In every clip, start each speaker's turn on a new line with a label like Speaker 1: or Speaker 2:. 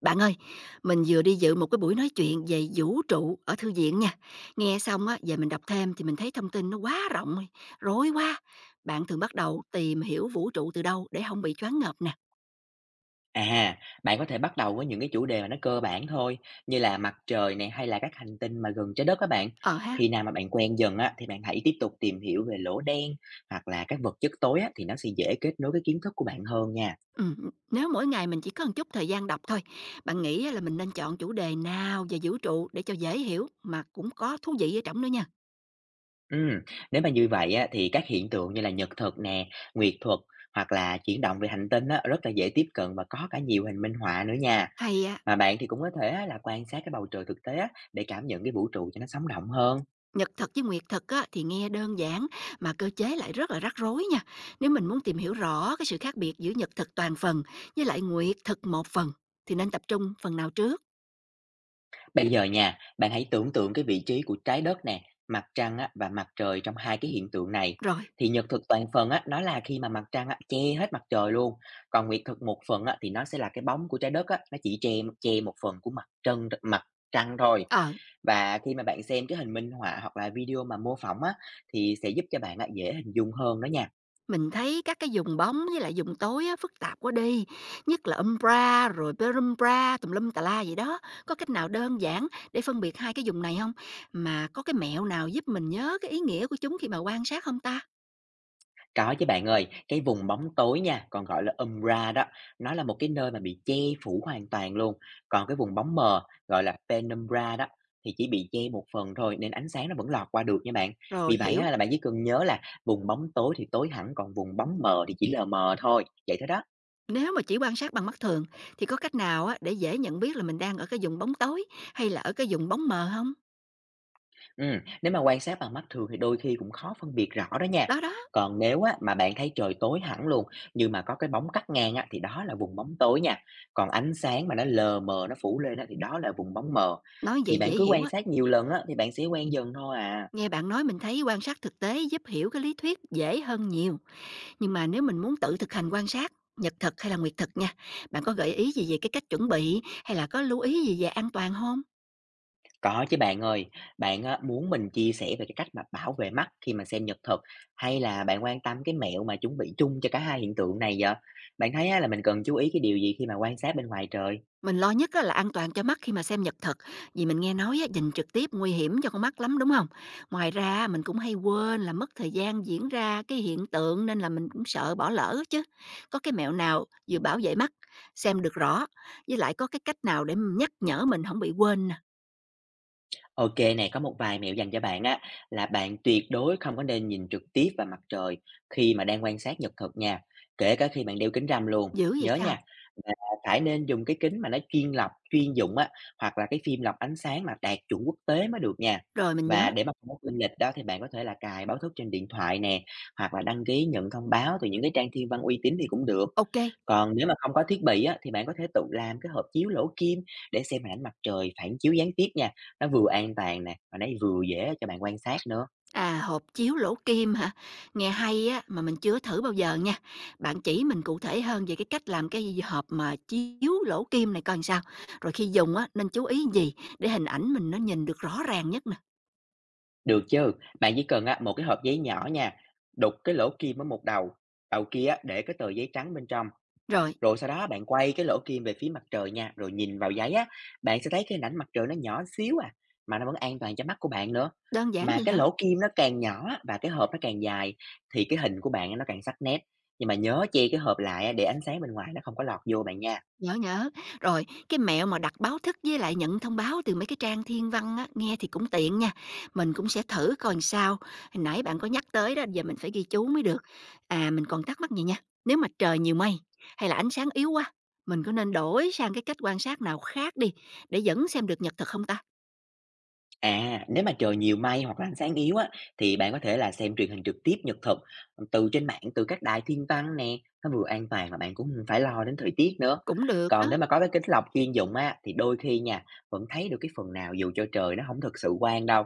Speaker 1: Bạn ơi, mình vừa đi dự một cái buổi nói chuyện về vũ trụ ở thư viện nha. Nghe xong á, về mình đọc thêm thì mình thấy thông tin nó quá rộng, rồi, rối quá. Bạn thường bắt đầu tìm hiểu vũ trụ từ đâu để không bị choáng ngợp nè?
Speaker 2: À, bạn có thể bắt đầu với những cái chủ đề mà nó cơ bản thôi, như là mặt trời này hay là các hành tinh mà gần trái đất các bạn.
Speaker 1: Ờ ha.
Speaker 2: Khi nào mà bạn quen dần á, thì bạn hãy tiếp tục tìm hiểu về lỗ đen hoặc là các vật chất tối á, thì nó sẽ dễ kết nối cái kiến thức của bạn hơn nha.
Speaker 1: Ừ, nếu mỗi ngày mình chỉ có một chút thời gian đọc thôi, bạn nghĩ á là mình nên chọn chủ đề nào về vũ trụ để cho dễ hiểu mà cũng có thú vị ở trong nữa nha?
Speaker 2: Ừm, Nếu mà như vậy á, thì các hiện tượng như là nhật thực nè, nguyệt thuật hoặc là chuyển động về hành tinh á, rất là dễ tiếp cận và có cả nhiều hình minh họa nữa nha.
Speaker 1: Hay á.
Speaker 2: Mà bạn thì cũng có thể á, là quan sát cái bầu trời thực tế á, để cảm nhận cái vũ trụ cho nó sống động hơn.
Speaker 1: Nhật thực với nguyệt thực á, thì nghe đơn giản mà cơ chế lại rất là rắc rối nha. Nếu mình muốn tìm hiểu rõ cái sự khác biệt giữa nhật thực toàn phần với lại nguyệt thực một phần thì nên tập trung phần nào trước?
Speaker 2: Bây giờ nha, bạn hãy tưởng tượng cái vị trí của trái đất nè, mặt trăng á, và mặt trời trong hai cái hiện tượng này.
Speaker 1: Rồi,
Speaker 2: Thì nhật thực toàn phần á, nó là khi mà mặt trăng á, che hết mặt trời luôn. Còn nguyệt thực một phần á, thì nó sẽ là cái bóng của trái đất á, nó chỉ che che một phần của mặt trăng thôi.
Speaker 1: ờ,
Speaker 2: Và khi mà bạn xem cái hình minh họa hoặc là video mà mô phỏng á, thì sẽ giúp cho bạn á, dễ hình dung hơn đó nha.
Speaker 1: mình thấy các cái dùng bóng với lại dùng tối á, phức tạp quá đi. Nhất là umbra rồi perumbra tùm lum tà la vậy đó. Có cách nào đơn giản để phân biệt hai cái dùng này không? Mà có cái mẹo nào giúp mình nhớ cái ý nghĩa của chúng khi mà quan sát không ta?
Speaker 2: Có chứ bạn ơi, cái vùng bóng tối nha, còn gọi là umbra đó, nó là một cái nơi mà bị che phủ hoàn toàn luôn. Còn cái vùng bóng mờ, gọi là penumbra đó, thì chỉ bị che một phần thôi nên ánh sáng nó vẫn lọt qua được nha bạn.
Speaker 1: Rồi,
Speaker 2: Vì vậy
Speaker 1: hiểu.
Speaker 2: á, là bạn chỉ cần nhớ là vùng bóng tối thì tối hẳn, còn vùng bóng mờ thì chỉ lờ mờ thôi, vậy thôi đó.
Speaker 1: Nếu mà chỉ quan sát bằng mắt thường thì có cách nào á để dễ nhận biết là mình đang ở cái vùng bóng tối hay là ở cái vùng bóng mờ không?
Speaker 2: Ừ, nếu mà quan sát bằng mắt thường thì đôi khi cũng khó phân biệt rõ đó nha.
Speaker 1: Đó, đó.
Speaker 2: Còn nếu á, mà bạn thấy trời tối hẳn luôn, nhưng mà có cái bóng cắt ngang á, thì đó là vùng bóng tối nha. Còn ánh sáng mà nó lờ mờ, nó phủ lên á, thì đó là vùng bóng mờ.
Speaker 1: Nói vậy
Speaker 2: Thì bạn
Speaker 1: dễ
Speaker 2: cứ
Speaker 1: hiểu
Speaker 2: quan
Speaker 1: á.
Speaker 2: sát nhiều lần á, thì bạn sẽ quen dần thôi à.
Speaker 1: Nghe bạn nói mình thấy quan sát thực tế giúp hiểu cái lý thuyết dễ hơn nhiều. Nhưng mà nếu mình muốn tự thực hành quan sát, nhật thực hay là nguyệt thực nha, bạn có gợi ý gì về cái cách chuẩn bị hay là có lưu ý gì về an toàn không?
Speaker 2: Có chứ bạn ơi, bạn á, muốn mình chia sẻ về cái cách mà bảo vệ mắt khi mà xem nhật thực hay là bạn quan tâm cái mẹo mà chuẩn bị chung cho cả hai hiện tượng này vậy? Bạn thấy á, là mình cần chú ý cái điều gì khi mà quan sát bên ngoài trời?
Speaker 1: Mình lo nhất á là an toàn cho mắt khi mà xem nhật thực, vì mình nghe nói á, nhìn trực tiếp nguy hiểm cho con mắt lắm, đúng không? Ngoài ra mình cũng hay quên là mất thời gian diễn ra cái hiện tượng nên là mình cũng sợ bỏ lỡ chứ. Có cái mẹo nào vừa bảo vệ mắt, xem được rõ, với lại có cái cách nào để nhắc nhở mình không bị quên nè?
Speaker 2: OK nè, có một vài mẹo dành cho bạn á, là bạn tuyệt đối không có nên nhìn trực tiếp vào mặt trời khi mà đang quan sát nhật thực nha, kể cả khi bạn đeo kính râm luôn,
Speaker 1: Giữ vậy
Speaker 2: nhớ
Speaker 1: sao?
Speaker 2: nha. Và phải nên dùng cái kính mà nó chuyên lọc, chuyên dụng á, hoặc là cái phim lọc ánh sáng mà đạt chuẩn quốc tế mới được nha.
Speaker 1: Rồi, mình nhớ.
Speaker 2: Và để mà không có quên lịch đó thì bạn có thể là cài báo thức trên điện thoại nè, hoặc là đăng ký nhận thông báo từ những cái trang thiên văn uy tín thì cũng được.
Speaker 1: OK.
Speaker 2: Còn nếu mà không có thiết bị á, thì bạn có thể tự làm cái hộp chiếu lỗ kim để xem hình ảnh mặt trời phản chiếu gián tiếp nha. Nó vừa an toàn nè, mà nó vừa dễ cho bạn quan sát nữa.
Speaker 1: À, hộp chiếu lỗ kim hả? Nghe hay á, mà mình chưa thử bao giờ nha. Bạn chỉ mình cụ thể hơn về cái cách làm cái hộp mà chiếu lỗ kim này coi làm sao. Rồi khi dùng á, nên chú ý gì để hình ảnh mình nó nhìn được rõ ràng nhất nè.
Speaker 2: Được chứ? Bạn chỉ cần á, một cái hộp giấy nhỏ nha, đục cái lỗ kim ở một đầu, đầu kia á, để cái tờ giấy trắng bên trong.
Speaker 1: Rồi,
Speaker 2: Rồi sau đó bạn quay cái lỗ kim về phía mặt trời nha, rồi nhìn vào giấy á, bạn sẽ thấy cái hình ảnh mặt trời nó nhỏ xíu à, mà nó vẫn an toàn cho mắt của bạn nữa.
Speaker 1: đơn giản
Speaker 2: Mà
Speaker 1: vậy
Speaker 2: cái
Speaker 1: hả?
Speaker 2: lỗ kim nó càng nhỏ á, và cái hộp nó càng dài thì cái hình của bạn á, nó càng sắc nét. Nhưng mà nhớ che cái hộp lại á, để ánh sáng bên ngoài nó không có lọt vô bạn nha.
Speaker 1: Nhớ, nhớ. Rồi, cái mẹo mà đặt báo thức với lại nhận thông báo từ mấy cái trang thiên văn á, nghe thì cũng tiện nha. Mình cũng sẽ thử coi làm sao. Hồi nãy bạn có nhắc tới đó, giờ mình phải ghi chú mới được. À, mình còn thắc mắc gì nha. Nếu mà trời nhiều mây hay là ánh sáng yếu quá, mình có nên đổi sang cái cách quan sát nào khác đi để vẫn xem được nhật thực không ta?
Speaker 2: À, nếu mà trời nhiều mây hoặc là ánh sáng yếu á, thì bạn có thể là xem truyền hình trực tiếp nhật thực từ trên mạng, từ các đài thiên văn nè, nó vừa an toàn mà bạn cũng không phải lo đến thời tiết nữa.
Speaker 1: Cũng được đó.
Speaker 2: Còn nếu mà có cái kính lọc chuyên dụng á, thì đôi khi nha, vẫn thấy được cái phần nào dù cho trời nó không thực sự quang đâu.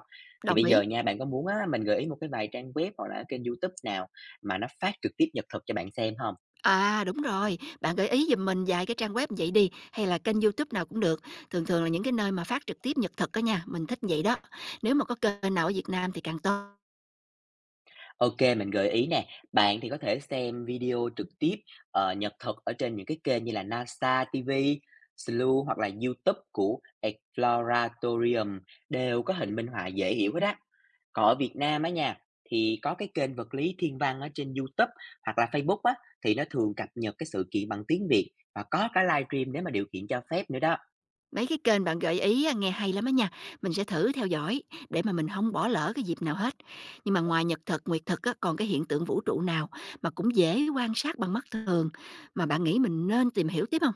Speaker 2: Thì
Speaker 1: Đồng
Speaker 2: bây
Speaker 1: ý.
Speaker 2: giờ nha, bạn có muốn á, mình gợi ý một cái vài trang web hoặc là kênh YouTube nào mà nó phát trực tiếp nhật thực cho bạn xem không?
Speaker 1: À, đúng rồi, bạn gợi ý giùm mình vài cái trang web vậy đi, hay là kênh YouTube nào cũng được. Thường thường là những cái nơi mà phát trực tiếp nhật thực á nha, mình thích vậy đó. Nếu mà có kênh nào ở Việt Nam thì càng tốt.
Speaker 2: OK, mình gợi ý nè, bạn thì có thể xem video trực tiếp, nhật thực ở trên những cái kênh như là NASA TV, SLU hoặc là YouTube của Exploratorium, đều có hình minh họa dễ hiểu hết á. Còn ở Việt Nam á nha, thì có cái kênh vật lý thiên văn ở trên YouTube hoặc là Facebook á, thì nó thường cập nhật cái sự kiện bằng tiếng Việt và có cả livestream nếu mà điều kiện cho phép nữa đó.
Speaker 1: Mấy cái kênh bạn gợi ý á, nghe hay lắm á nha, mình sẽ thử theo dõi để mà mình không bỏ lỡ cái dịp nào hết. Nhưng mà ngoài nhật thực, nguyệt thực á, còn cái hiện tượng vũ trụ nào mà cũng dễ quan sát bằng mắt thường mà bạn nghĩ mình nên tìm hiểu tiếp không?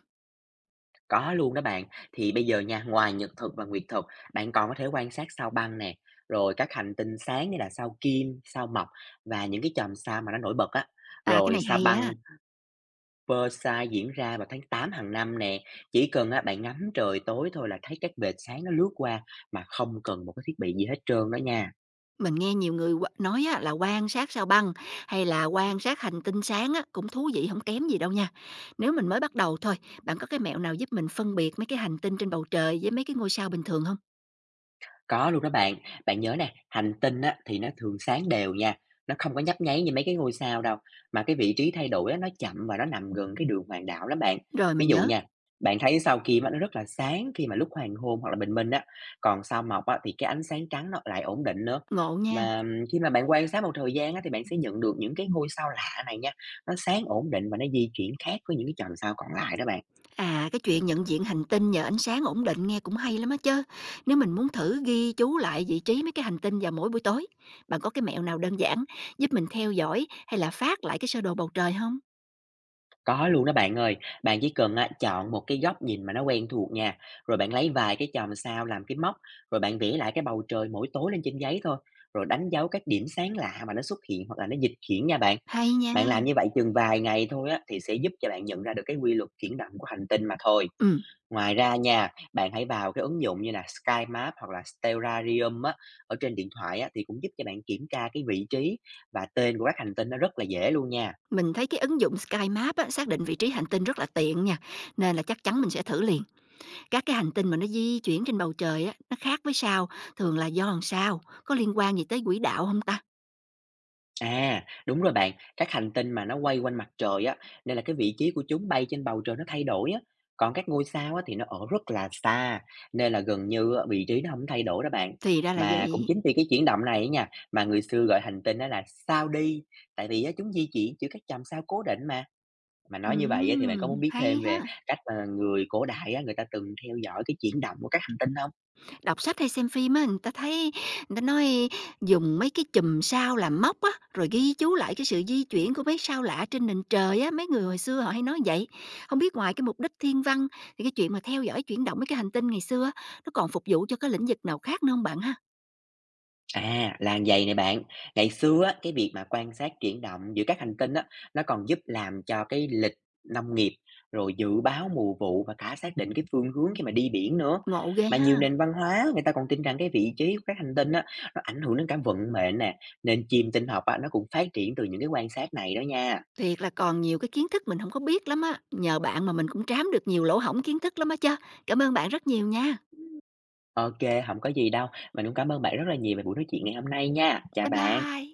Speaker 2: Có luôn đó bạn. Thì bây giờ nha, ngoài nhật thực và nguyệt thực, bạn còn có thể quan sát sao Băng nè, rồi các hành tinh sáng như là sao Kim, sao Mộc và những cái chòm sao mà nó nổi bật á.
Speaker 1: À, cái
Speaker 2: Rồi
Speaker 1: này
Speaker 2: sao
Speaker 1: hay á.
Speaker 2: Băng Perseid diễn ra vào tháng 8 hàng năm nè. Chỉ cần á, bạn ngắm trời tối thôi là thấy các vệt sáng nó lướt qua mà không cần một cái thiết bị gì hết trơn đó nha.
Speaker 1: Mình nghe nhiều người qua nói á, là quan sát sao băng hay là quan sát hành tinh sáng á, cũng thú vị không kém gì đâu nha. Nếu mình mới bắt đầu thôi, bạn có cái mẹo nào giúp mình phân biệt mấy cái hành tinh trên bầu trời với mấy cái ngôi sao bình thường không?
Speaker 2: Có luôn đó bạn. Bạn nhớ nè, hành tinh á, thì nó thường sáng đều nha, nó không có nhấp nháy như mấy cái ngôi sao đâu, mà cái vị trí thay đổi á, nó chậm và nó nằm gần cái đường hoàng đạo lắm bạn.
Speaker 1: Rồi,
Speaker 2: Ví
Speaker 1: mình
Speaker 2: dụ
Speaker 1: nhớ.
Speaker 2: nha, bạn thấy sao Kim á, nó rất là sáng khi mà lúc hoàng hôn hoặc là bình minh á, còn sao Mộc á, thì cái ánh sáng trắng nó lại ổn định nữa.
Speaker 1: Ngộ nha.
Speaker 2: Và khi mà bạn quan sát một thời gian á, thì bạn sẽ nhận được những cái ngôi sao lạ này nha, nó sáng ổn định và nó di chuyển khác với những cái chòm sao còn lại đó bạn.
Speaker 1: À, cái chuyện nhận diện hành tinh nhờ ánh sáng ổn định nghe cũng hay lắm á chứ. Nếu mình muốn thử ghi chú lại vị trí mấy cái hành tinh vào mỗi buổi tối, bạn có cái mẹo nào đơn giản giúp mình theo dõi hay là phát lại cái sơ đồ bầu trời không?
Speaker 2: Có luôn đó bạn ơi, bạn chỉ cần á, chọn một cái góc nhìn mà nó quen thuộc nha, rồi bạn lấy vài cái chòm sao làm cái móc, rồi bạn vẽ lại cái bầu trời mỗi tối lên trên giấy thôi, rồi đánh dấu các điểm sáng lạ mà nó xuất hiện hoặc là nó dịch chuyển nha bạn.
Speaker 1: Hay nha.
Speaker 2: Bạn làm như vậy chừng vài ngày thôi á, thì sẽ giúp cho bạn nhận ra được cái quy luật chuyển động của hành tinh mà thôi.
Speaker 1: Ừ.
Speaker 2: Ngoài ra nha, bạn hãy vào cái ứng dụng như là Sky Map hoặc là Stellarium á, ở trên điện thoại á, thì cũng giúp cho bạn kiểm tra cái vị trí và tên của các hành tinh nó rất là dễ luôn nha.
Speaker 1: Mình thấy cái ứng dụng Sky Map á, xác định vị trí hành tinh rất là tiện nha, nên là chắc chắn mình sẽ thử liền. Các cái hành tinh mà nó di chuyển trên bầu trời á, nó khác với sao, thường là do làm sao, có liên quan gì tới quỹ đạo không ta?
Speaker 2: À, đúng rồi bạn, các hành tinh mà nó quay quanh mặt trời á, nên là cái vị trí của chúng bay trên bầu trời nó thay đổi á. Còn các ngôi sao á, thì nó ở rất là xa, nên là gần như á, vị trí nó không thay đổi đó bạn.
Speaker 1: Thì ra là
Speaker 2: Mà cũng
Speaker 1: vậy.
Speaker 2: chính vì cái chuyển động này ấy nha, mà người xưa gọi hành tinh đó là sao đi, tại vì á, chúng di chuyển giữa các chòm sao cố định mà. Mà nói như vậy á, thì bạn có muốn biết
Speaker 1: Hay
Speaker 2: thêm
Speaker 1: ha!
Speaker 2: về cách mà người cổ đại á, người ta từng theo dõi cái chuyển động của các hành tinh không?
Speaker 1: Đọc sách hay xem phim á, người ta thấy người ta nói dùng mấy cái chùm sao làm móc á, rồi ghi chú lại cái sự di chuyển của mấy sao lạ trên nền trời á, mấy người hồi xưa họ hay nói vậy. Không biết ngoài cái mục đích thiên văn thì cái chuyện mà theo dõi chuyển động mấy cái hành tinh ngày xưa á, nó còn phục vụ cho cái lĩnh vực nào khác nữa không bạn ha?
Speaker 2: À, là vầy nè bạn, ngày xưa á, cái việc mà quan sát chuyển động giữa các hành tinh á, nó còn giúp làm cho cái lịch nông nghiệp, rồi dự báo mùa vụ và cả xác định cái phương hướng khi mà đi biển nữa.
Speaker 1: Ngộ ghê
Speaker 2: Mà
Speaker 1: ha.
Speaker 2: nhiều nền văn hóa người ta còn tin rằng cái vị trí của các hành tinh á, nó ảnh hưởng đến cả vận mệnh nè, nên chim tinh học á, nó cũng phát triển từ những cái quan sát này đó nha.
Speaker 1: Thiệt là còn nhiều cái kiến thức mình không có biết lắm á, nhờ bạn mà mình cũng trám được nhiều lỗ hổng kiến thức lắm á chứ. Cảm ơn bạn rất nhiều nha.
Speaker 2: OK, không có gì đâu, mình cũng cảm ơn bạn rất là nhiều về buổi nói chuyện ngày hôm nay nha. Chào
Speaker 1: Bye
Speaker 2: bạn.
Speaker 1: bye.